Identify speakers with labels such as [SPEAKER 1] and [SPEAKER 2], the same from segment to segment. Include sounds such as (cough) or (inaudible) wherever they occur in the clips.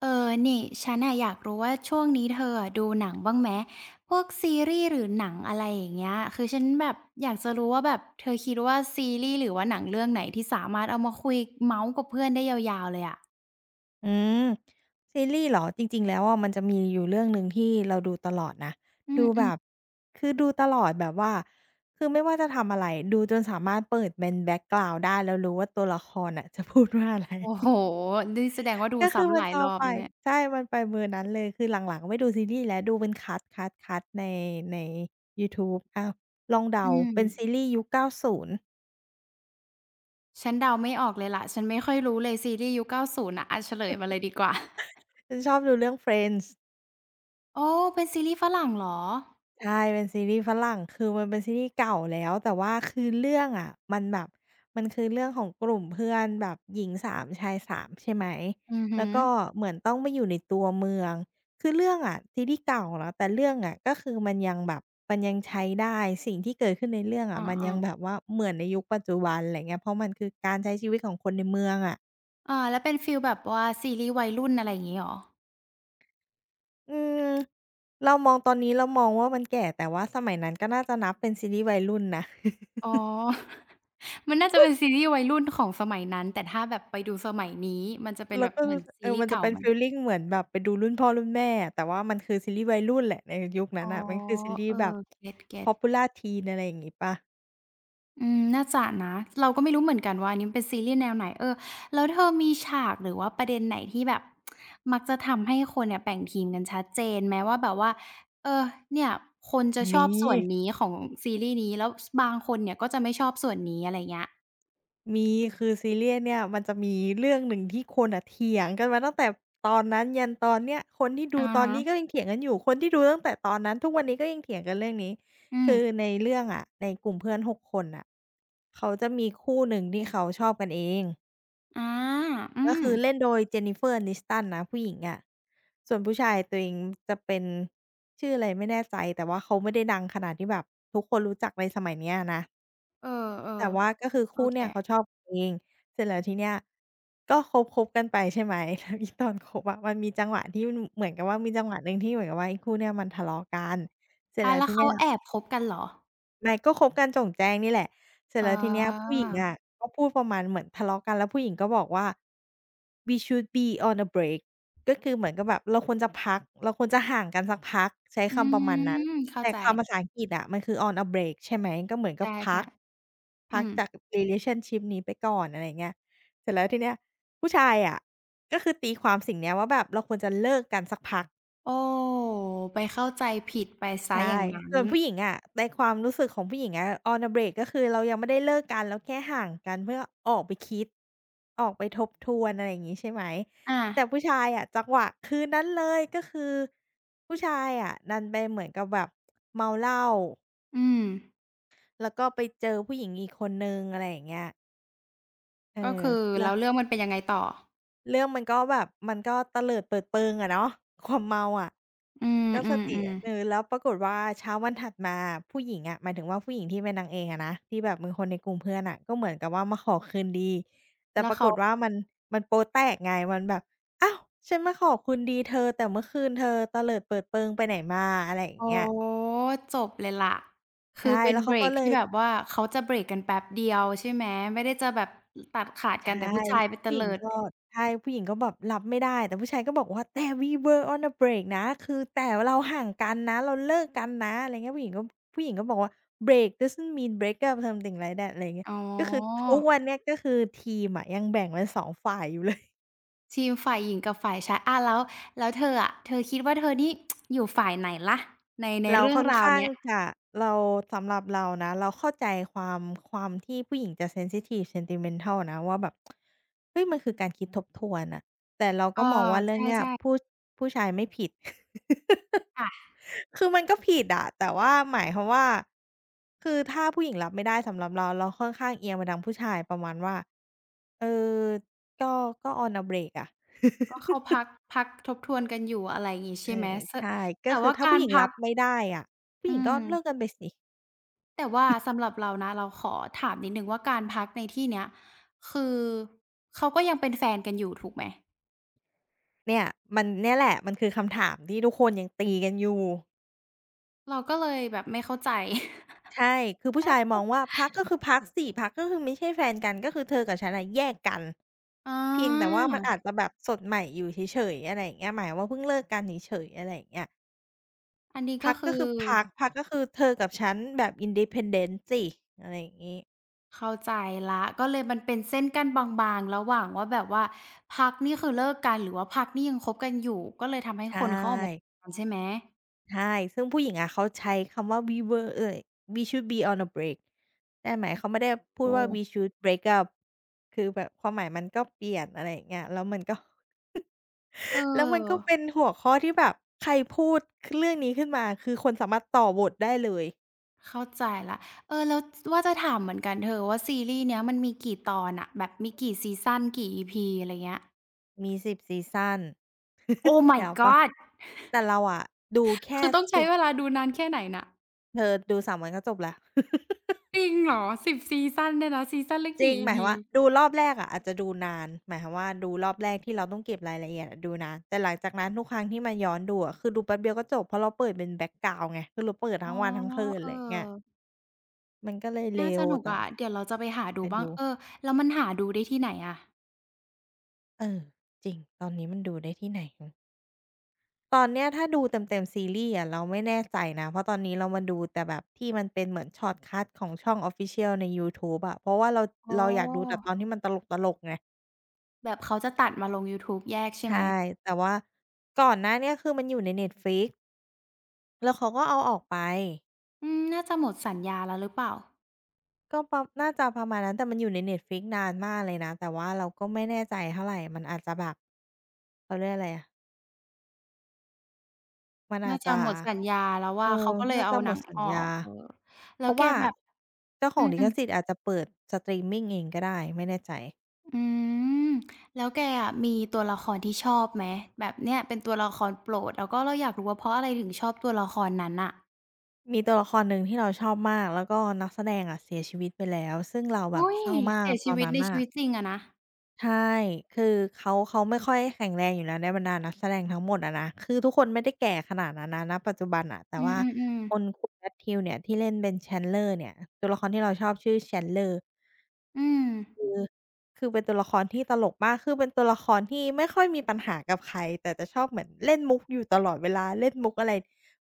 [SPEAKER 1] เออนี่ฉันน่ะอยากรู้ว่าช่วงนี้เธออะดูหนังบ้างไหมพวกซีรีส์หรือหนังอะไรอย่างเงี้ยคือฉันแบบอยากจะรู้ว่าแบบเธอคิดว่าซีรีส์หรือว่าหนังเรื่องไหนที่สามารถเอามาคุยเมาส์กับเพื่อนได้ยาวๆเลยอะ
[SPEAKER 2] อืมซีรีส์เหรอจริงๆแล้วอะมันจะมีอยู่เรื่องหนึ่งที่เราดูตลอดนะ
[SPEAKER 1] อื
[SPEAKER 2] ดูแบบ
[SPEAKER 1] ม
[SPEAKER 2] คือดูตลอดแบบว่าคือไม่ว่าจะทำอะไรดูจนสามารถเปิดเป็นแบ็กกราวนด์ได้แล้วรู้ว่าตัวละครน่ะ (laughs) จะพูดว่าอะไร
[SPEAKER 1] ๆโอ้โฮ
[SPEAKER 2] (laughs)
[SPEAKER 1] นี่แสดงว่าดู
[SPEAKER 2] ก็คือ
[SPEAKER 1] ซ้ำห
[SPEAKER 2] มัน
[SPEAKER 1] ลาย
[SPEAKER 2] จะ
[SPEAKER 1] ร
[SPEAKER 2] เอา
[SPEAKER 1] อบ
[SPEAKER 2] ไป
[SPEAKER 1] นะเนี่ย
[SPEAKER 2] ใช่มันไปเบอร์นั้นเลยคือหลังๆไม่ดูซีรีส์แล้วดูเป็นคัตคัตคัตในยูทูบอ้าวลอง
[SPEAKER 1] อื
[SPEAKER 2] เดาเป็นซี
[SPEAKER 1] ม
[SPEAKER 2] รีส์ยุค90
[SPEAKER 1] ฉันเดาไม่ออกเลยล่ะฉันไม่ค่อยรู้เลยซีรีส์ยุค90นย์น่ะอะเฉลยมาเลยดีกว่า
[SPEAKER 2] ฉันชอบดูเรื่อง Friends
[SPEAKER 1] โอ้เป็นซีรีส์ฝรั่งเหรอ
[SPEAKER 2] ใช่เป็นซีรีส์ฝรั่งคือมันเป็นซีรีส์เก่าแล้วแต่ว่าคือเรื่องอะมันแบบมันคือเรื่องของกลุ่มเพื่อนแบบหญิงสามชายสามใช่ไหม
[SPEAKER 1] อือฮึ
[SPEAKER 2] แล้วก็เหมือนต้องไปอยู่ในตัวเมืองคือเรื่องอะซีรีส์เก่าแล้วแต่เรื่องอะก็คือมันยังแบบมันยังใช้ได้สิ่งที่เกิดขึ้นในเรื่องอะมัน
[SPEAKER 1] อา
[SPEAKER 2] ยังแบ
[SPEAKER 1] ๆ
[SPEAKER 2] บว่าเหมือนในยุคปัจจุบันไรเงี้ยเพราะมันคือการใช้ชีวิตของคนในเมืองอะ
[SPEAKER 1] อาแล้วเป็นฟีลแบบว่าซีรีส์วัยรุ่นอะไรอย่างงี้เหรอ
[SPEAKER 2] อืมเรามองตอนนี้เรามองว่ามันแก่แต่ว่าสมัยนั้นก็น่าจะนับเป็นซีรีส์วัยรุ่นนะ
[SPEAKER 1] อ๋อ (laughs) มันน่าจะเป็นซีรีส์วัยรุ่นของสมัยนั้นแต่ถ้าแบบไปดูสมัยนี้มันจะเป็น
[SPEAKER 2] แล้
[SPEAKER 1] แบ
[SPEAKER 2] ว
[SPEAKER 1] บ
[SPEAKER 2] ก็
[SPEAKER 1] เหมือนซี
[SPEAKER 2] เออ
[SPEAKER 1] รี
[SPEAKER 2] มั
[SPEAKER 1] ส์
[SPEAKER 2] นจะ
[SPEAKER 1] เก่า
[SPEAKER 2] เป็น
[SPEAKER 1] ไหม
[SPEAKER 2] ฟีลลิงเหมือนแบบไปดูรุ่นพ่อรุ่นแม่อะแต่ว่ามันคือซีรีส์วัยรุ่นแหละในยุคนั้
[SPEAKER 1] อ๋อ
[SPEAKER 2] นน่ะมันคือซีรี
[SPEAKER 1] เออ
[SPEAKER 2] ส์แบบ
[SPEAKER 1] เก็ตเก็ต
[SPEAKER 2] Popular Teen อะไรอย่างงี้เปล่า
[SPEAKER 1] อืมน่าจะนะเราก็ไม่รู้เหมือนกันว่าอันนี้มันเป็นซีรีส์แนวไหนเออแล้วเธอมีฉากหรือว่าประเด็นไหนที่แบบมักจะทำให้คนเนี่ยแบ่งทีมกันชัดเจนไหมว่าแบบว่าเออเนี่ยคนจะชอ
[SPEAKER 2] มี
[SPEAKER 1] บส่วนนี้ของซีรีส์นี้แล้วบางคนเนี่ยก็จะไม่ชอบส่วนนี้อะไรเงี้ย
[SPEAKER 2] มีคือซีรีส์อันเนี่ยมันจะมีเรื่องหนึ่งที่คนอะเถียงกันมาตั้งแต่ตอนนั้นยันตอนเนี้ยคนที่ดู
[SPEAKER 1] อะ
[SPEAKER 2] ตอน
[SPEAKER 1] ฮะ
[SPEAKER 2] นี้ก็ยังเถียงกันอยู่คนที่ดูตั้งแต่ตอนนั้นทุกวันนี้ก็ยังเถียงกันเรื่องนี้
[SPEAKER 1] อืม
[SPEAKER 2] คือในเรื่องอะในกลุ่มเพื่อนหกคนน่ะเขาจะมีคู่หนึ่งที่เขาชอบกันเอง
[SPEAKER 1] อาอื
[SPEAKER 2] ก็
[SPEAKER 1] ม
[SPEAKER 2] คือเล่นโดย Jennifer Aniston นะผู้หญิงอะส่วนผู้ชายตัวเองจะเป็นชื่ออะไรไม่แน่ใจแต่ว่าเขาไม่ได้ดังขนาดที่แบบทุกคนรู้จักในสมัยเนี้ยนะ
[SPEAKER 1] เ
[SPEAKER 2] แต่
[SPEAKER 1] ออ
[SPEAKER 2] ว่าก็คือ
[SPEAKER 1] ๆโอ
[SPEAKER 2] คู่
[SPEAKER 1] เค
[SPEAKER 2] เนี่ยเขาชอบกันเองเสร็จแล้วทีเนี้ยก็คบกันไปใช่ไหม (laughs) แล้วอีตอนคบอะมันมีจังหวะที่เหมือนกับว่ามีจังหวะหนึ่งที่เหมือนกับว่าไอ้คู่เนี้ยมันทะเลาะกันเสร็จ
[SPEAKER 1] อา
[SPEAKER 2] แล้ว
[SPEAKER 1] แล้ว
[SPEAKER 2] ที
[SPEAKER 1] เขา
[SPEAKER 2] เนี้ย
[SPEAKER 1] แอบคบกันเหรอ
[SPEAKER 2] ไม่ก็คบกันโจ่งแจ้งนี่แหละเสร็จ
[SPEAKER 1] อ๋
[SPEAKER 2] แล้วทีเนี้ยผู้
[SPEAKER 1] อ
[SPEAKER 2] หญิงอะก็พูดประมาณเหมือนทะเลาะกันแล้วผู้หญิงก็บอกว่า "We should be on a break" ก็คือเหมือนกับแบบเราควรจะพักเราควรจะห่างกันสักพักใช้
[SPEAKER 1] อื
[SPEAKER 2] คำประมาณนั้น
[SPEAKER 1] ม เข้า
[SPEAKER 2] แต่
[SPEAKER 1] ใจ
[SPEAKER 2] คำภาษาอังกฤษอะมันคือ on a break ใช่ไหมก็เหมือน
[SPEAKER 1] ใช
[SPEAKER 2] กับพั
[SPEAKER 1] ่
[SPEAKER 2] ก
[SPEAKER 1] ๆ
[SPEAKER 2] พั
[SPEAKER 1] อื
[SPEAKER 2] ก
[SPEAKER 1] ม
[SPEAKER 2] จาก relationship นี้ไปก่อนอะไรอย่างเงี้ยเสร็จแล้วทีเนี้ยผู้ชายอะก็คือตีความสิ่งเนี้ยว่าแบบเราควรจะเลิกกันสักพัก
[SPEAKER 1] โอ้ไปเข้าใจผิดไปเสีย
[SPEAKER 2] ใช่
[SPEAKER 1] อย่างนั้น
[SPEAKER 2] ส่วนผู้หญิงอะในความรู้สึกของผู้หญิงอะ on a break ก็คือเรายังไม่ได้เลิกกันเราแค่ห่างกันเพื่อออกไปคิด ออกไปทบทวนอะไรอย่างงี้ใช่ไหม
[SPEAKER 1] อา
[SPEAKER 2] แต่ผู้ชายอะจังหวะคืนนั้นเลยก็คือผู้ชายอะดันไปเหมือนกับแบบเมาเหล้า
[SPEAKER 1] อืม
[SPEAKER 2] แล้วก็ไปเจอผู้หญิงอีกคนหนึ่งอะไรอย่างเงี้ยเอ
[SPEAKER 1] ก็
[SPEAKER 2] อ
[SPEAKER 1] คือ
[SPEAKER 2] แล้
[SPEAKER 1] แล้
[SPEAKER 2] ว
[SPEAKER 1] วเรื่องมันเป็นยังไงต่อ
[SPEAKER 2] เรื่องมันก็แบบมันก็เตลิดเปิดเปิงอะเนาะ (laughs) ความเมาอะ
[SPEAKER 1] อื
[SPEAKER 2] ก็สติ
[SPEAKER 1] ม
[SPEAKER 2] เออ
[SPEAKER 1] ๆ
[SPEAKER 2] แล้วปรากฏว่าเช้าวันถัดมาผู้หญิงอะหมายถึงว่าผู้หญิงที่เป็นนางเอกอะนะที่แบบเป็นคนในกลุ่มเพื่อนน่ะก็เหมือนกับว่ามาขอคืนดี
[SPEAKER 1] ๆ
[SPEAKER 2] แต่
[SPEAKER 1] แล้ว
[SPEAKER 2] ปราก
[SPEAKER 1] เขา
[SPEAKER 2] ฏว่ามันมันโป๊ะแตกไงมันแบบอ้าวฉันมาขอคืนดีเธอแต่เมื่อคืนเธอเตลิดเปิดเปิงไปไหนมาอะไรอย่า
[SPEAKER 1] โอ้
[SPEAKER 2] งเงี้ย
[SPEAKER 1] โฮจบเลยล่ะคื
[SPEAKER 2] ใช่
[SPEAKER 1] อเป็น
[SPEAKER 2] แล้ว
[SPEAKER 1] เบ
[SPEAKER 2] เขา
[SPEAKER 1] ร
[SPEAKER 2] ก็
[SPEAKER 1] ก
[SPEAKER 2] เล
[SPEAKER 1] ที่
[SPEAKER 2] ย
[SPEAKER 1] แบบว่าเขาจะเบรกกันแป๊บเดียวใช่ไหม ไม่ได้จะแบบตัดขาดกั
[SPEAKER 2] ใช่
[SPEAKER 1] นแต่ผู้ชายไปเต
[SPEAKER 2] ผู้หญิ
[SPEAKER 1] ลิ
[SPEAKER 2] ง
[SPEAKER 1] ด
[SPEAKER 2] ก็ใช่ผู้หญิงก็แบบรับไม่ได้แต่ผู้ชายก็บอกว่าแต่ we were on a break นะคือแต่เราห่างกันนะเราเลิกกันนะอะไรเงี้ยผู้หญิงก็บอกว่า "Break doesn't mean break up something like that" อะไรอย่างเงี้ย
[SPEAKER 1] อ๋อ
[SPEAKER 2] ก็คือทุกวันเนี้ยก็คือทีมอะยังแบ่งเป็นสองฝ่ายอยู่เลย
[SPEAKER 1] ทีมฝ่ายหญิงกับฝ่ายชายอาแล้วแล้วเธออะเธอคิดว่าเธอนี่อยู่ฝ่ายไหนล่ะใน
[SPEAKER 2] เรา
[SPEAKER 1] เรื่อง
[SPEAKER 2] ค่อน
[SPEAKER 1] ราว
[SPEAKER 2] ข้าง
[SPEAKER 1] เนี้ย
[SPEAKER 2] จะเราสำหรับเรานะเราเข้าใจความความที่ผู้หญิงจะเซนซิทิฟ sentimental นะว่าแบบเฮ้ยมันคือการคิดทบทวนน่ะแต่เรา
[SPEAKER 1] เออ
[SPEAKER 2] ก็มองว่า
[SPEAKER 1] ใ
[SPEAKER 2] เรื่องเนี้ย
[SPEAKER 1] ช่ๆ
[SPEAKER 2] ผู้ชายไม่ผิด
[SPEAKER 1] ค่ะ
[SPEAKER 2] (laughs) คือมันก็ผิดอะแต่ว่าหมายความว่าคือถ้าผู้หญิงรับไม่ได้สำหรับเราเราค่อนข้างเอียงไปทางผู้ชายประมาณว่าเออก็ก็ on a break อะ
[SPEAKER 1] ก็เขาพักพักทบทวนกันอยู่อะไรอย่างงี้
[SPEAKER 2] เอ
[SPEAKER 1] ใช่ไหม
[SPEAKER 2] อ (laughs)
[SPEAKER 1] ส
[SPEAKER 2] ใช่ก็
[SPEAKER 1] แต่
[SPEAKER 2] คือ
[SPEAKER 1] ว่า
[SPEAKER 2] ถ้า
[SPEAKER 1] กา
[SPEAKER 2] ผู้
[SPEAKER 1] ร
[SPEAKER 2] หญิง
[SPEAKER 1] พั
[SPEAKER 2] รั
[SPEAKER 1] ก
[SPEAKER 2] บไม่ได้อะผู้
[SPEAKER 1] อื
[SPEAKER 2] หญิงก็
[SPEAKER 1] ม
[SPEAKER 2] เลิกกันไปสิ
[SPEAKER 1] แต่ว่าสำหรับเรานะเราขอถามนิดหนึ่งว่าการพักในที่เนี้ยคือเขาก็ยังเป็นแฟนกันอยู่ถูกไหม
[SPEAKER 2] เนี่ยมันเนี่ยแหละมันคือคำถามที่ทุกคนยังตีกันอยู่
[SPEAKER 1] เราก็เลยแบบไม่เข้าใจ
[SPEAKER 2] ใช่คือผู้ชายมองว่าพักก็คือพักสิพักก็คือไม่ใช่แฟนกันก็คือเธอกับฉันอะแยกกัน
[SPEAKER 1] (laughs) อ
[SPEAKER 2] เพียงแต่
[SPEAKER 1] า
[SPEAKER 2] ว่ามันอาจจะแบบสดใหม่อยู่เฉยๆอะไรอย่างเงี้ยหมายว่าเพิ่งเลิกกันเฉยๆอะไรอย่างเงี้ย
[SPEAKER 1] อันนี้ก็
[SPEAKER 2] พักก็
[SPEAKER 1] คือ
[SPEAKER 2] คือพักพักก็คือเธอกับฉันแบบ Independent สิอะไรอย่างงี้
[SPEAKER 1] เข้าใจละก็เลยมันเป็นเส้นกั้นบางๆระหว่างว่าแบบว่าพักนี่คือเลิกกันหรือว่าพักนี่ยังคบกันอยู่ก็เลยทำให้ค
[SPEAKER 2] ใช่
[SPEAKER 1] นเขาออกมากันใช่ไหม
[SPEAKER 2] ใช่ซึ่งผู้หญิงอะเขาใช้คำว่า "We were" เอ่ย "We should be on a break" แต่หมายเขาไม่ได้พูด
[SPEAKER 1] โอ้
[SPEAKER 2] ว่า "We should break up" คือแบบความหมายมันก็เปลี่ยนอะไรอย่างเงี้ยแล้วมันก็ (laughs)
[SPEAKER 1] เออ
[SPEAKER 2] แล้วมันก็เป็นหัวข้อที่แบบใครพูดเรื่องนี้ขึ้นมา คือคนสามารถต่อบทได้เลย
[SPEAKER 1] เข้าใจละวเออแล้วว่าจะถามเหมือนกันเธอว่าซีรีส์เนี้ยมันมีกี่ตอนอะแบบมีกี่ซีซันกี่อีพีอะไรเงี้ย
[SPEAKER 2] มี10ซีซัน
[SPEAKER 1] Oh my
[SPEAKER 2] (laughs) ยาวปะ
[SPEAKER 1] god!
[SPEAKER 2] แต่เราอะดูแค่
[SPEAKER 1] คือต้องใช้
[SPEAKER 2] 10
[SPEAKER 1] เวลาดูนานแค่ไหนน่ะ
[SPEAKER 2] เธอดู3วันก็จบแล้ว (laughs)
[SPEAKER 1] จริงเหรอ10 ซีซันเนี่ยนะซีซันละ
[SPEAKER 2] จริ
[SPEAKER 1] กี่
[SPEAKER 2] ง
[SPEAKER 1] อี
[SPEAKER 2] หมายควา
[SPEAKER 1] พี
[SPEAKER 2] มว่าดูรอบแรกอะอาจจะดูนานหมายความว่าดูรอบแรกที่เราต้องเก็บรายละเอียดอะดูนานแต่หลังจากนั้นทุกครั้งที่มาย้อนดูอะคือดูแป๊บเดียวก็จบเพราะเราเปิดเป็นแบ็กกราวนด์ไงคือเราเปิด
[SPEAKER 1] อ๋อ
[SPEAKER 2] ทั้งวันทั้งคืน
[SPEAKER 1] เอ
[SPEAKER 2] อะ
[SPEAKER 1] อ
[SPEAKER 2] ไรอย่างเงี้ยมันก็เลย
[SPEAKER 1] น่า
[SPEAKER 2] เร็
[SPEAKER 1] ส
[SPEAKER 2] ว
[SPEAKER 1] นุก
[SPEAKER 2] แต่
[SPEAKER 1] อะ เดี๋ยวเราจะไปหาดู
[SPEAKER 2] ไป
[SPEAKER 1] บ้าง
[SPEAKER 2] ดู
[SPEAKER 1] เออแล้วมันหาดูได้ที่ไหนอะ
[SPEAKER 2] เออจริงตอนนี้มันดูได้ที่ไหนตอนเนี้ยถ้าดูเต็มๆซีรีส์อะเราไม่แน่ใจนะเพราะตอนนี้เรามาดูแต่แบบที่มันเป็นเหมือนช็อตคัตของช่อง Official ในยูทูบอะเพราะว่า
[SPEAKER 1] อ๋อ
[SPEAKER 2] เราอยากดูแต่ตอนที่มันตลกๆไง
[SPEAKER 1] แบบเขาจะตัดมาลงยูทูบแยกใช่
[SPEAKER 2] ใช
[SPEAKER 1] ไหม
[SPEAKER 2] ่แต่ว่าก่อนหน้าเนี้ยคือมันอยู่ใน Netflix แล้วเขาก็เอาออกไป
[SPEAKER 1] อืมน่าจะหมดสัญญาแล้วหรือเปล่า
[SPEAKER 2] ก็ประน่าจะประมาณนั้นแต่มันอยู่ใน Netflix นานมากเลยนะแต่ว่าเราก็ไม่แน่ใจเท่าไรมันอาจจะแบบเขาเรียกอะไรอะมัน
[SPEAKER 1] น่า
[SPEAKER 2] อาจ
[SPEAKER 1] จะ
[SPEAKER 2] จะ
[SPEAKER 1] หมดสัญญาแล้ว
[SPEAKER 2] เอ
[SPEAKER 1] ว่าเขา
[SPEAKER 2] อ
[SPEAKER 1] ก็เลย
[SPEAKER 2] น่า
[SPEAKER 1] เอา
[SPEAKER 2] จะ
[SPEAKER 1] ห
[SPEAKER 2] หม
[SPEAKER 1] นัง
[SPEAKER 2] ดสั
[SPEAKER 1] อ
[SPEAKER 2] ญ
[SPEAKER 1] อ
[SPEAKER 2] ญา
[SPEAKER 1] กเออแล้
[SPEAKER 2] เพ
[SPEAKER 1] ว
[SPEAKER 2] ราะ
[SPEAKER 1] แก
[SPEAKER 2] ว่า
[SPEAKER 1] แบบ
[SPEAKER 2] เจ้าข
[SPEAKER 1] อื
[SPEAKER 2] องลิข
[SPEAKER 1] ม
[SPEAKER 2] สิทธิ์
[SPEAKER 1] ๆ
[SPEAKER 2] อาจจะเปิดสตรีมมิงเองก็ได้ไม่แน่ใจ
[SPEAKER 1] อืมแล้วแกอะมีตัวละครที่ชอบไหมแบบเนี่ยเป็นตัวละครโปรดแล้วก็เราอยากรู้ว่าเพราะอะไรถึงชอบตัวละครนั้นน่ะ
[SPEAKER 2] มีตัวละครหนึ่งที่เราชอบมากแล้วก็นักแสดงอะเสียชีวิตไปแล้วซึ่งเราแบบ
[SPEAKER 1] อุ๊ย
[SPEAKER 2] เศร้ามาก
[SPEAKER 1] เสีย
[SPEAKER 2] ต
[SPEAKER 1] ชี
[SPEAKER 2] อน
[SPEAKER 1] วิต
[SPEAKER 2] นั้น
[SPEAKER 1] ในชี
[SPEAKER 2] น่ะ
[SPEAKER 1] วิตจริงอะนะ
[SPEAKER 2] ใช่คือเขาไม่ค่อยแข็งแรงอยู่แล้วในบรรดานักแสดงทั้งหมดอะนะคือทุกคนไม่ได้แก่ขนาดนั้นนะณปัจจุบันน่ะแต่
[SPEAKER 1] อื
[SPEAKER 2] ว่า
[SPEAKER 1] ม
[SPEAKER 2] คน
[SPEAKER 1] ๆๆ
[SPEAKER 2] คุณ Matthew เนี่ยที่เล่นเป็น Chandler เนี่ยตัวละครที่เราชอบชื่อ Chandler
[SPEAKER 1] อืม
[SPEAKER 2] คือคือเป็นตัวละครที่ตลกมากคือเป็นตัวละครที่ไม่ค่อยมีปัญหากับใครแต่จะชอบเหมือนเล่นมุกอยู่ตลอดเวลาเล่นมุกอะไร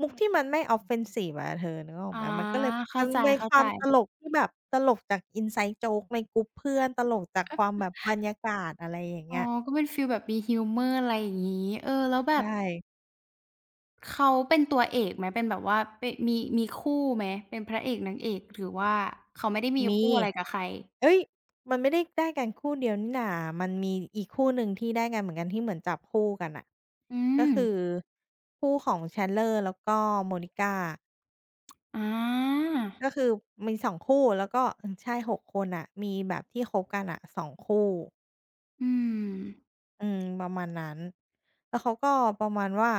[SPEAKER 2] มุกที่มันไม่ offensive อะเธอนึกออก
[SPEAKER 1] อา
[SPEAKER 2] ไหมมันก็เลยแบบ
[SPEAKER 1] เข้า
[SPEAKER 2] มัน
[SPEAKER 1] ใ
[SPEAKER 2] เป็นควา
[SPEAKER 1] จ
[SPEAKER 2] มตล
[SPEAKER 1] ๆ
[SPEAKER 2] กที่แบบตลกจาก inside joke ในกรุ๊ปเพื่อนตลกจากความแบบบรรยากาศอะไรอย่าง
[SPEAKER 1] อ๋
[SPEAKER 2] เงี้
[SPEAKER 1] อ
[SPEAKER 2] ย
[SPEAKER 1] ก็เป็นฟีลแบบมีฮิวเมอร์อะไรอย่างงี้เออแล้วแบ
[SPEAKER 2] ใช
[SPEAKER 1] บ
[SPEAKER 2] ่
[SPEAKER 1] เขาเป็นตัวเอกไหมเป็นแบบว่าเป็นมีคู่ไหมเป็นพระเอกนางเอกหรือว่าเขาไม่ได้มี
[SPEAKER 2] มี
[SPEAKER 1] คู่อะไรกับใคร
[SPEAKER 2] เอ๊ยมันไม่ได้ได้กันคู่เดียวนี่น่ะมันมีอีกคู่หนึ่งที่ได้กันเหมือนกันที่เหมือนจับคู่กันน่ะ
[SPEAKER 1] อื
[SPEAKER 2] ก็
[SPEAKER 1] ม
[SPEAKER 2] คือคู่ของ Chandler แล้วก็ Monica
[SPEAKER 1] อา
[SPEAKER 2] ก็คือมีสองคู่แล้วก็อืมใช่หกคนน่ะมีแบบที่คบกันน่ะ2คู่
[SPEAKER 1] อืม
[SPEAKER 2] อืมประมาณนั้นแล้วเขาก็ประมาณว่า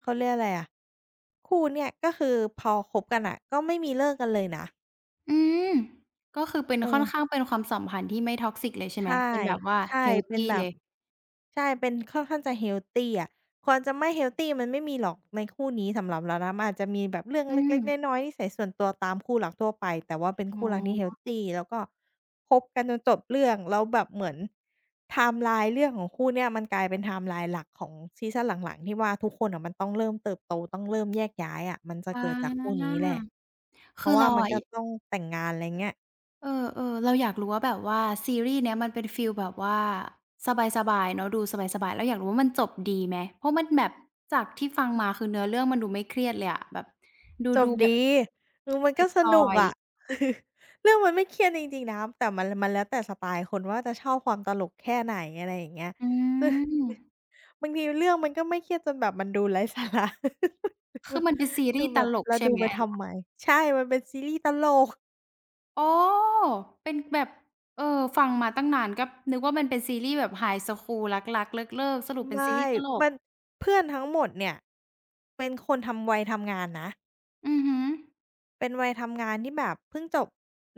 [SPEAKER 2] เขาเรียกอะไรอะคู่เนี่ยก็คือพอคบกันน่ะก็ไม่มีเลิกกันเลยนะ
[SPEAKER 1] อืมก็คือเป็น
[SPEAKER 2] เอ
[SPEAKER 1] ค่อน
[SPEAKER 2] อ
[SPEAKER 1] ข้างเป็นความสัมพันธ์ที่ไม่ toxic เลยใช่ไหม
[SPEAKER 2] ใช่
[SPEAKER 1] เป็นแบบว่า
[SPEAKER 2] ใช่
[SPEAKER 1] เฮล
[SPEAKER 2] เป็
[SPEAKER 1] ที
[SPEAKER 2] นแบ
[SPEAKER 1] เล
[SPEAKER 2] บ
[SPEAKER 1] ย
[SPEAKER 2] ใช่เป็นค่อนข้างจะเฮลทีอะความจะไม่เฮลทีมันไม่มีหรอกในคู่นี้สำหรับเรานะมันอาจจะมีแบบเรื่อง
[SPEAKER 1] อืม
[SPEAKER 2] เล็กๆน้อยๆนิสัยส่วนตัวตามคู่รักทั่วไปแต่ว่าเป็น
[SPEAKER 1] อ๋
[SPEAKER 2] คู่รักที่เฮล
[SPEAKER 1] อ
[SPEAKER 2] ทีแล้วก็คบกันจนจบเรื่องแล้วแบบเหมือนไทม์ไลน์เรื่องของคู่เนี้ยมันกลายเป็นไทม์ไลน์หลักของซีซันหลังๆที่ว่าทุกคนน่ะมันต้องเริ่มเติบโตต้องเริ่มแยกย้ายอะมันจะ
[SPEAKER 1] อ
[SPEAKER 2] เกิดจากคู่
[SPEAKER 1] า
[SPEAKER 2] นี้แหละเพ
[SPEAKER 1] คือ
[SPEAKER 2] ราะว่า
[SPEAKER 1] เรา
[SPEAKER 2] มัน
[SPEAKER 1] อะ
[SPEAKER 2] ก็ต้องแต่งงานไรเงี้ย
[SPEAKER 1] เออเออเราอยากรู้ว่าแบบว่าซีรีส์เนี้ยมันเป็นฟีลแบบว่าสบายๆเนาะดูสบายๆแล้วอยากรู้ว่ามันจบดีไหมเพราะมันแบบจากที่ฟังมาคือเนื้อเรื่องมันดูไม่เครียดเลยอะแบบดู
[SPEAKER 2] จ
[SPEAKER 1] ดู
[SPEAKER 2] บ
[SPEAKER 1] แบ
[SPEAKER 2] ดี
[SPEAKER 1] บ
[SPEAKER 2] เออมัน
[SPEAKER 1] ไป
[SPEAKER 2] ก็ส
[SPEAKER 1] จอ
[SPEAKER 2] นุก
[SPEAKER 1] ย
[SPEAKER 2] อะ
[SPEAKER 1] ๆ
[SPEAKER 2] (laughs) เรื่องมันไม่เครียดจริงๆนะแต่มันแล้วแต่สไตล์คนว่าจะชอบความตลกแค่ไหนอะไรอย่างเงี้ย
[SPEAKER 1] อื
[SPEAKER 2] ซึ่ง
[SPEAKER 1] ม
[SPEAKER 2] (laughs) บางทีเรื่องมันก็ไม่เครียดจนแบบมันดูไร้สาระ
[SPEAKER 1] คือมันเป็นซี
[SPEAKER 2] (laughs) ดู
[SPEAKER 1] รีส์ต
[SPEAKER 2] แบบ
[SPEAKER 1] ลก
[SPEAKER 2] เรา
[SPEAKER 1] ใช่
[SPEAKER 2] ดู
[SPEAKER 1] ไหม
[SPEAKER 2] ไป
[SPEAKER 1] อั
[SPEAKER 2] ทำ
[SPEAKER 1] น
[SPEAKER 2] ไมใช่มันเป็นซีรีส์ตลก
[SPEAKER 1] อ๋อเป็นแบบเออฟังมาตั้งนานก็นึกว่ามันเป็นซีรีส์แบบไฮสคูลรักๆเลิกๆสรุปเป็นซี
[SPEAKER 2] ไม่
[SPEAKER 1] รีส์ตลก
[SPEAKER 2] มันเพื่อนทั้งหมดเนี่ยเป็นคนทำวัยทำงานนะ
[SPEAKER 1] อือฮึอ
[SPEAKER 2] เป็นวัยทำงานที่แบบเพิ่งจบ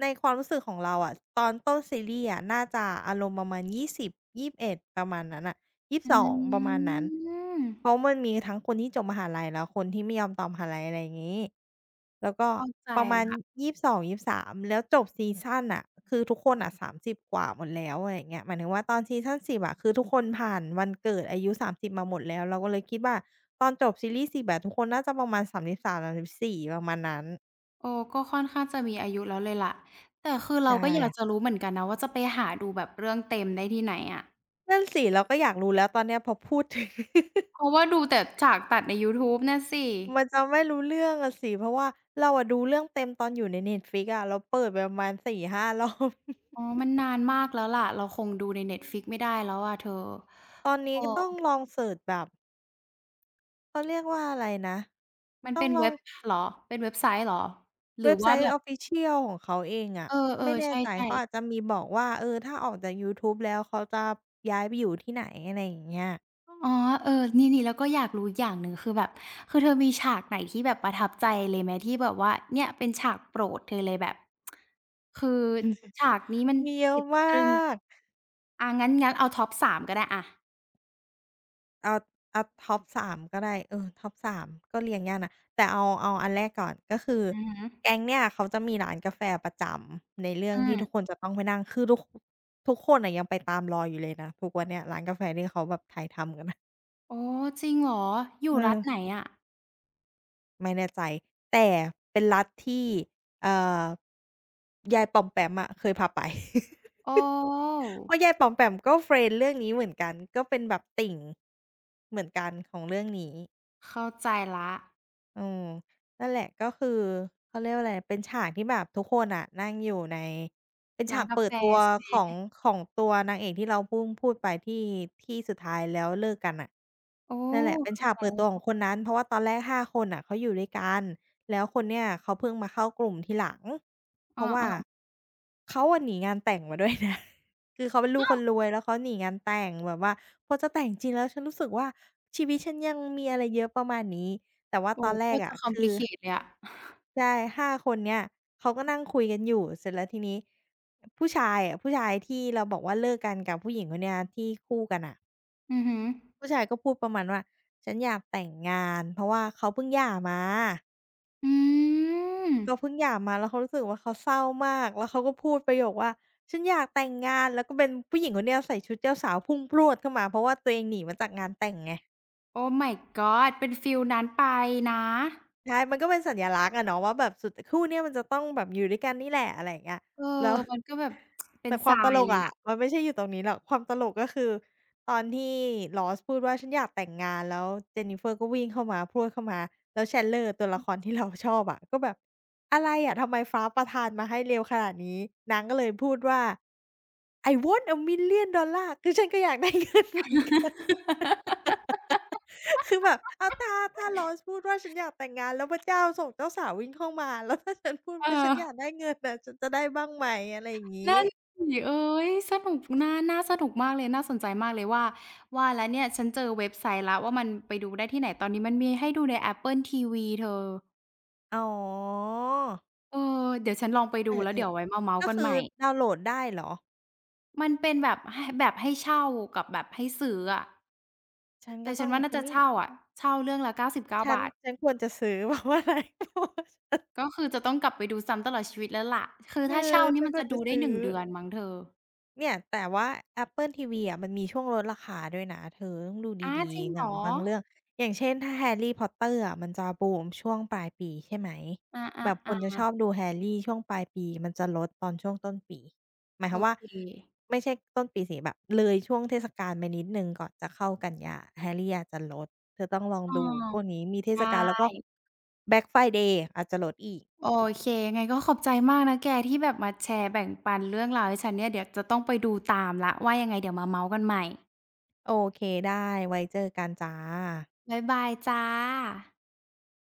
[SPEAKER 2] ในความรู้สึกของเราอะตอนต้นซีรีส์อะน่าจะอารมณ์ประมาณยี่สิบยี่สิบเอ2 1ประมาณนั้นน่ะ
[SPEAKER 1] อื
[SPEAKER 2] 22ประมาณนั้น
[SPEAKER 1] ม
[SPEAKER 2] เพราะมันมีทั้งคนที่จบมหาลัยแล้วคนที่ไม่ยอมต่อมหาลัยอะไรอย่างงี้แล้วก็
[SPEAKER 1] เข้าใจ
[SPEAKER 2] ประมาณ2 2ามแล้วจบซีซันน่ะคือทุกคนอะ30 กว่าหมดแล้วอะไรอย่างเงี้ยหมายถึงว่าตอนซีซัน 10อะคือทุกคนผ่านวันเกิดอายุ 30มาหมดแล้วเราก็เลยคิดว่าตอนจบซีรีส์10อะทุกคนน่าจะประมาณ33 34ประมาณนั้น
[SPEAKER 1] เออก็ค่อนข้างจะมีอายุแล้วเลยล่ะแต่คือเรา
[SPEAKER 2] ใช่
[SPEAKER 1] ก็อยากจะรู้เหมือนกันนะว่าจะไปหาดูแบบเรื่องเต็มได้ที่ไหนอะ
[SPEAKER 2] นั่นสิเราก็อยากรู้แล้วตอนเนี้ยพอพูดถึง (laughs)
[SPEAKER 1] เพราะว่าดูแต่ฉากตัดในยูทูบน่ะสิ
[SPEAKER 2] มันจะไม่รู้เรื่องอะสิเพราะว่าเราอะดูเรื่องเต็มตอนอยู่ใน Netflix อะเราเปิดไปประมาณ4-5 (laughs) รอบ
[SPEAKER 1] อ๋อมันนานมากแล้วล่ะเราคงดูใน Netflix ไม่ได้แล้วอะเธอ
[SPEAKER 2] ตอน
[SPEAKER 1] เอ
[SPEAKER 2] นี้
[SPEAKER 1] อ
[SPEAKER 2] ก็ต้องลองเซิร์ชแบบเขาเรียกว่าอะไรนะ
[SPEAKER 1] มัน
[SPEAKER 2] ต้อ
[SPEAKER 1] เป็
[SPEAKER 2] ง
[SPEAKER 1] น
[SPEAKER 2] ลอ
[SPEAKER 1] เว็
[SPEAKER 2] ง
[SPEAKER 1] บเหรอเป็นเว็บไซต์เหรอหรือ
[SPEAKER 2] เว็บไซ
[SPEAKER 1] ว่าแบ
[SPEAKER 2] ต์
[SPEAKER 1] บ
[SPEAKER 2] Official ของเขาเอง
[SPEAKER 1] เอ
[SPEAKER 2] อะ
[SPEAKER 1] อ
[SPEAKER 2] ไม่
[SPEAKER 1] ๆใช
[SPEAKER 2] แน่ใจ
[SPEAKER 1] ่
[SPEAKER 2] เขาอาจ
[SPEAKER 1] ๆ
[SPEAKER 2] จะมีบอกว่าเออถ้าออกจากยูทูบแล้วเขาจะย้ายไปอยู่ที่ไหนอะไรอย่างเงี้ย
[SPEAKER 1] อ๋อเออนี่ๆแล้วก็อยากรู้อีกอย่างหนึ่งคือแบบคือเธอมีฉากไหนที่แบบประทับใจเลยไหมที่แบบว่าเนี่ยเป็นฉากโปรดเธอเลยแบบคือฉากนี้มัน
[SPEAKER 2] มีเย
[SPEAKER 1] ติ
[SPEAKER 2] อะ
[SPEAKER 1] ด
[SPEAKER 2] ม
[SPEAKER 1] ตรึง
[SPEAKER 2] าก
[SPEAKER 1] อางั้นงั้นเอาท็อป3ก็ได้อะ
[SPEAKER 2] เอาเอาท็อป3ก็ได้เออท็อป3ก็เรียงยากนะแต่เอาอันแรกก่อนก็คือ
[SPEAKER 1] อือฮึ
[SPEAKER 2] แก๊งเนี่ยเขาจะมีร้านกาแฟประจำในเรื่อ
[SPEAKER 1] อื
[SPEAKER 2] งที่ทุกคน
[SPEAKER 1] ม
[SPEAKER 2] จะต้องไปนั่งคือทุกคนน่ะยังไปตามรอยอยู่เลยนะทุกวันเนี้ยร้านกาแฟที่เขาแบบถ่ายทำกันน่ะ
[SPEAKER 1] อ๋อจริงเหรออยู่
[SPEAKER 2] เอ
[SPEAKER 1] รัฐ
[SPEAKER 2] อ
[SPEAKER 1] ไหนอะ
[SPEAKER 2] ไม่แน่ใจแต่เป็นรัฐที่เอ่อยายปอมแปมอะเคยพาไป
[SPEAKER 1] โอ้
[SPEAKER 2] (laughs) เพราะยายปอมแปมก็เฟรนด์เรื่องนี้เหมือนกันก็เป็นแบบติ่งเหมือนกันของเรื่องนี้
[SPEAKER 1] เข้าใจแล้ว
[SPEAKER 2] เออนั่นแหละก็คือเขาเรียกว่าอะไรเป็นฉากที่แบบทุกคนน่ะนั่งอยู่ในเป็น
[SPEAKER 1] ร้า
[SPEAKER 2] ฉา
[SPEAKER 1] น
[SPEAKER 2] ก
[SPEAKER 1] กา
[SPEAKER 2] เปิ
[SPEAKER 1] แฟ
[SPEAKER 2] ดตัว
[SPEAKER 1] ใช่ไหม
[SPEAKER 2] ของของตัวนางเอกที่เราเพิ่งพูดไปที่สุดท้ายแล้วเลิกกันน่ะ
[SPEAKER 1] โอ้
[SPEAKER 2] นั่นแหละเป็น
[SPEAKER 1] เข้า
[SPEAKER 2] ฉาก
[SPEAKER 1] ใจ
[SPEAKER 2] เปิด
[SPEAKER 1] แล้ว
[SPEAKER 2] ตัวของค
[SPEAKER 1] ค่ะ
[SPEAKER 2] นนั้นเพราะว่าตอนแรก5คนน่ะเขาอยู่ด้วยกันแล้วคนเนี้ยเขาเพิ่งมาเข้ากลุ่มทีหลังเพราะว่า
[SPEAKER 1] อา
[SPEAKER 2] เขาอะหนีงานแต่งมาด้วยนะ (laughs) คือเขาเป็นลูกคนรวยแล้วเขาหนีงานแต่งแบบว่าพอจะแต่งจริงแล้วฉันรู้สึกว่าชีวิตฉันยังมีอะไรเยอะประมาณนี้ แต่
[SPEAKER 1] ๆ
[SPEAKER 2] ว่า
[SPEAKER 1] โอ้
[SPEAKER 2] ตอนแร
[SPEAKER 1] โค
[SPEAKER 2] ก
[SPEAKER 1] ตร
[SPEAKER 2] อะ
[SPEAKER 1] จะคอมพ
[SPEAKER 2] คื
[SPEAKER 1] ลิ
[SPEAKER 2] อ
[SPEAKER 1] เคตเลยอะ
[SPEAKER 2] ใช่5คนเนี้ยเขาก็นั่งคุยกันอยู่เสร็จแล้วทีนี้ผู้ชายอะผู้ชายที่เราบอกว่าเลิกกันกับผู้หญิงคนเนี้ยที่คู่กันน่ะ
[SPEAKER 1] อือฮึ
[SPEAKER 2] ผู้ชายก็พูดประมาณว่าฉันอยากแต่งงานเพราะว่าเขาเพิ่งหย่ามา
[SPEAKER 1] อืม
[SPEAKER 2] เขาเพิ่งหย่ามาแล้วเขารู้สึกว่าเขาเศร้ามากแล้วเขาก็พูดประโยคว่าฉันอยากแต่งงานแล้วก็เป็นผู้หญิงคนเนี้ยใส่ชุดเจ้าสาวพุ่งพรวดเข้ามาเพราะว่าตัวเองหนีมาจากงานแต่งไง
[SPEAKER 1] Oh my god เป็นฟีลนั้นไปนะ
[SPEAKER 2] ใช่มันก็เป็นสัญลักษณ์อะเนาะว่าแบบสุดคู่เนี้ยมันจะต้องแบบอยู่ด้วยกันนี่แหละอะไรอย่างเงี้ย
[SPEAKER 1] เออ
[SPEAKER 2] แล้ว
[SPEAKER 1] มันก็แบบเป็น
[SPEAKER 2] แต่ค
[SPEAKER 1] ท
[SPEAKER 2] วาม
[SPEAKER 1] รา
[SPEAKER 2] ต
[SPEAKER 1] ย
[SPEAKER 2] ลก
[SPEAKER 1] เลย
[SPEAKER 2] อะ
[SPEAKER 1] ล่ะ
[SPEAKER 2] มันไม่ใช่อยู่ตรงนี้หรอกความตลกก็คือตอนที่ล o s สพูดว่าฉันอยากแต่งงานแล้ว Jennifer ก็วิ่งเข้ามาพรวดเข้ามาแล้ว Chandler ตัวละครที่เราชอบอะก็แบบอะไรอะทำไมฟ้าประทานมาให้เร็วขนาดนี้นางก็เลยพูดว่า "I want a million dollar" คือฉันก็อยากได้เงินเหมือนกัน (laughs) คือแบบอ้าวถ้า Ross พูดว่าฉันอยากแต่งงานแล้วพระเจ้าส่งเจ้าสาววิ่งเข้ามาแล้วถ้าฉันพูด
[SPEAKER 1] เอ
[SPEAKER 2] ว่าฉั
[SPEAKER 1] อ
[SPEAKER 2] นอยากได้เงินน่ะฉันจะได้บ้างไหมอะไรอย่างงี้
[SPEAKER 1] นั่นสิเอ๊ยสนุกน่าสนุกมากเลย น่าสนใจมากเลยว่าแล้วเนี่ยฉันเจอเว็บไซต์แล้วว่ามันไปดูได้ที่ไหน ตอนนี้มันมีให้ดูใน Apple TV เธอ
[SPEAKER 2] อ๋อ
[SPEAKER 1] เออ เดี๋ยวฉันลองไป
[SPEAKER 2] เอ
[SPEAKER 1] ดู
[SPEAKER 2] อ
[SPEAKER 1] แล้วเดี๋ยวไว้มาเมา
[SPEAKER 2] ๆ
[SPEAKER 1] ท์
[SPEAKER 2] ก็
[SPEAKER 1] กันให
[SPEAKER 2] คือ
[SPEAKER 1] ม่
[SPEAKER 2] ดาวน์โหลดได้เหรอ
[SPEAKER 1] มันเป็นแบบหแบบให้เช่ากับแบบให้ซื้ออะ
[SPEAKER 2] ฉัน
[SPEAKER 1] แต่
[SPEAKER 2] ก็
[SPEAKER 1] ฉั
[SPEAKER 2] ต้
[SPEAKER 1] น
[SPEAKER 2] อง
[SPEAKER 1] ว่าน่าจะ
[SPEAKER 2] อุ๊ย
[SPEAKER 1] เช่าอะเช่าเรื่องละเก้าสิบเก้า
[SPEAKER 2] ฉัน
[SPEAKER 1] บาท
[SPEAKER 2] ฉันควรจะซื้อ (laughs) เพราะว่าอะไรเพราะว่า
[SPEAKER 1] ก็คือจะต้องกลับไปดูซ้ำตลอดชีวิตแล้วล่ะคือ
[SPEAKER 2] เออ
[SPEAKER 1] ถ้าเช่านี่
[SPEAKER 2] ฉัน
[SPEAKER 1] มัน
[SPEAKER 2] คว
[SPEAKER 1] จะ
[SPEAKER 2] รจะ
[SPEAKER 1] ดูได้
[SPEAKER 2] ซื้อ
[SPEAKER 1] หนึ่งเดือนมั้งเธอ
[SPEAKER 2] เนี่ยแต่ว่า Apple TV อะมันมีช่วงลดราคาด้วยนะเธอต้องดู
[SPEAKER 1] อา
[SPEAKER 2] ดี
[SPEAKER 1] จริง
[SPEAKER 2] ๆห
[SPEAKER 1] เหร
[SPEAKER 2] นัง
[SPEAKER 1] อ
[SPEAKER 2] บางเรื่องอย่างเช่นถ้า Harry Potter อะมันจะบูมช่วงปลายปีใช่ไหม
[SPEAKER 1] อ
[SPEAKER 2] แบบค
[SPEAKER 1] า
[SPEAKER 2] นจะช
[SPEAKER 1] ๆ
[SPEAKER 2] อบดู Harry ช่วงปลายปีมันจะลดตอนช่วงต้นปีหมา
[SPEAKER 1] ๆ
[SPEAKER 2] ยค
[SPEAKER 1] โอ
[SPEAKER 2] วามว่า
[SPEAKER 1] เค
[SPEAKER 2] ไม่ใช่ต้นปีสิแบบเลยช่วงเทศกาลไปนิดหนึ่งก่อนจะเข้ากันยา Harry อาจจะลดเธอต้องลอง
[SPEAKER 1] เออ
[SPEAKER 2] ดูพวกนี้มีเท
[SPEAKER 1] ได
[SPEAKER 2] ศกาลแล้ว
[SPEAKER 1] ้
[SPEAKER 2] ก็ Black Friday อาจจะลดอีก
[SPEAKER 1] โอเค ไงก็ขอบใจมากนะแกที่แบบมาแชร์แบ่งปันเรื่องราวให้ฉันเนี่ยเดี๋ยวจะต้องไปดูตามแล้วว่ายังไงเดี๋ยวมาเมาท์กันใหม่
[SPEAKER 2] โอเคได้ไว้เจอกันจ้ะ
[SPEAKER 1] บ๊ายบายจ้ะ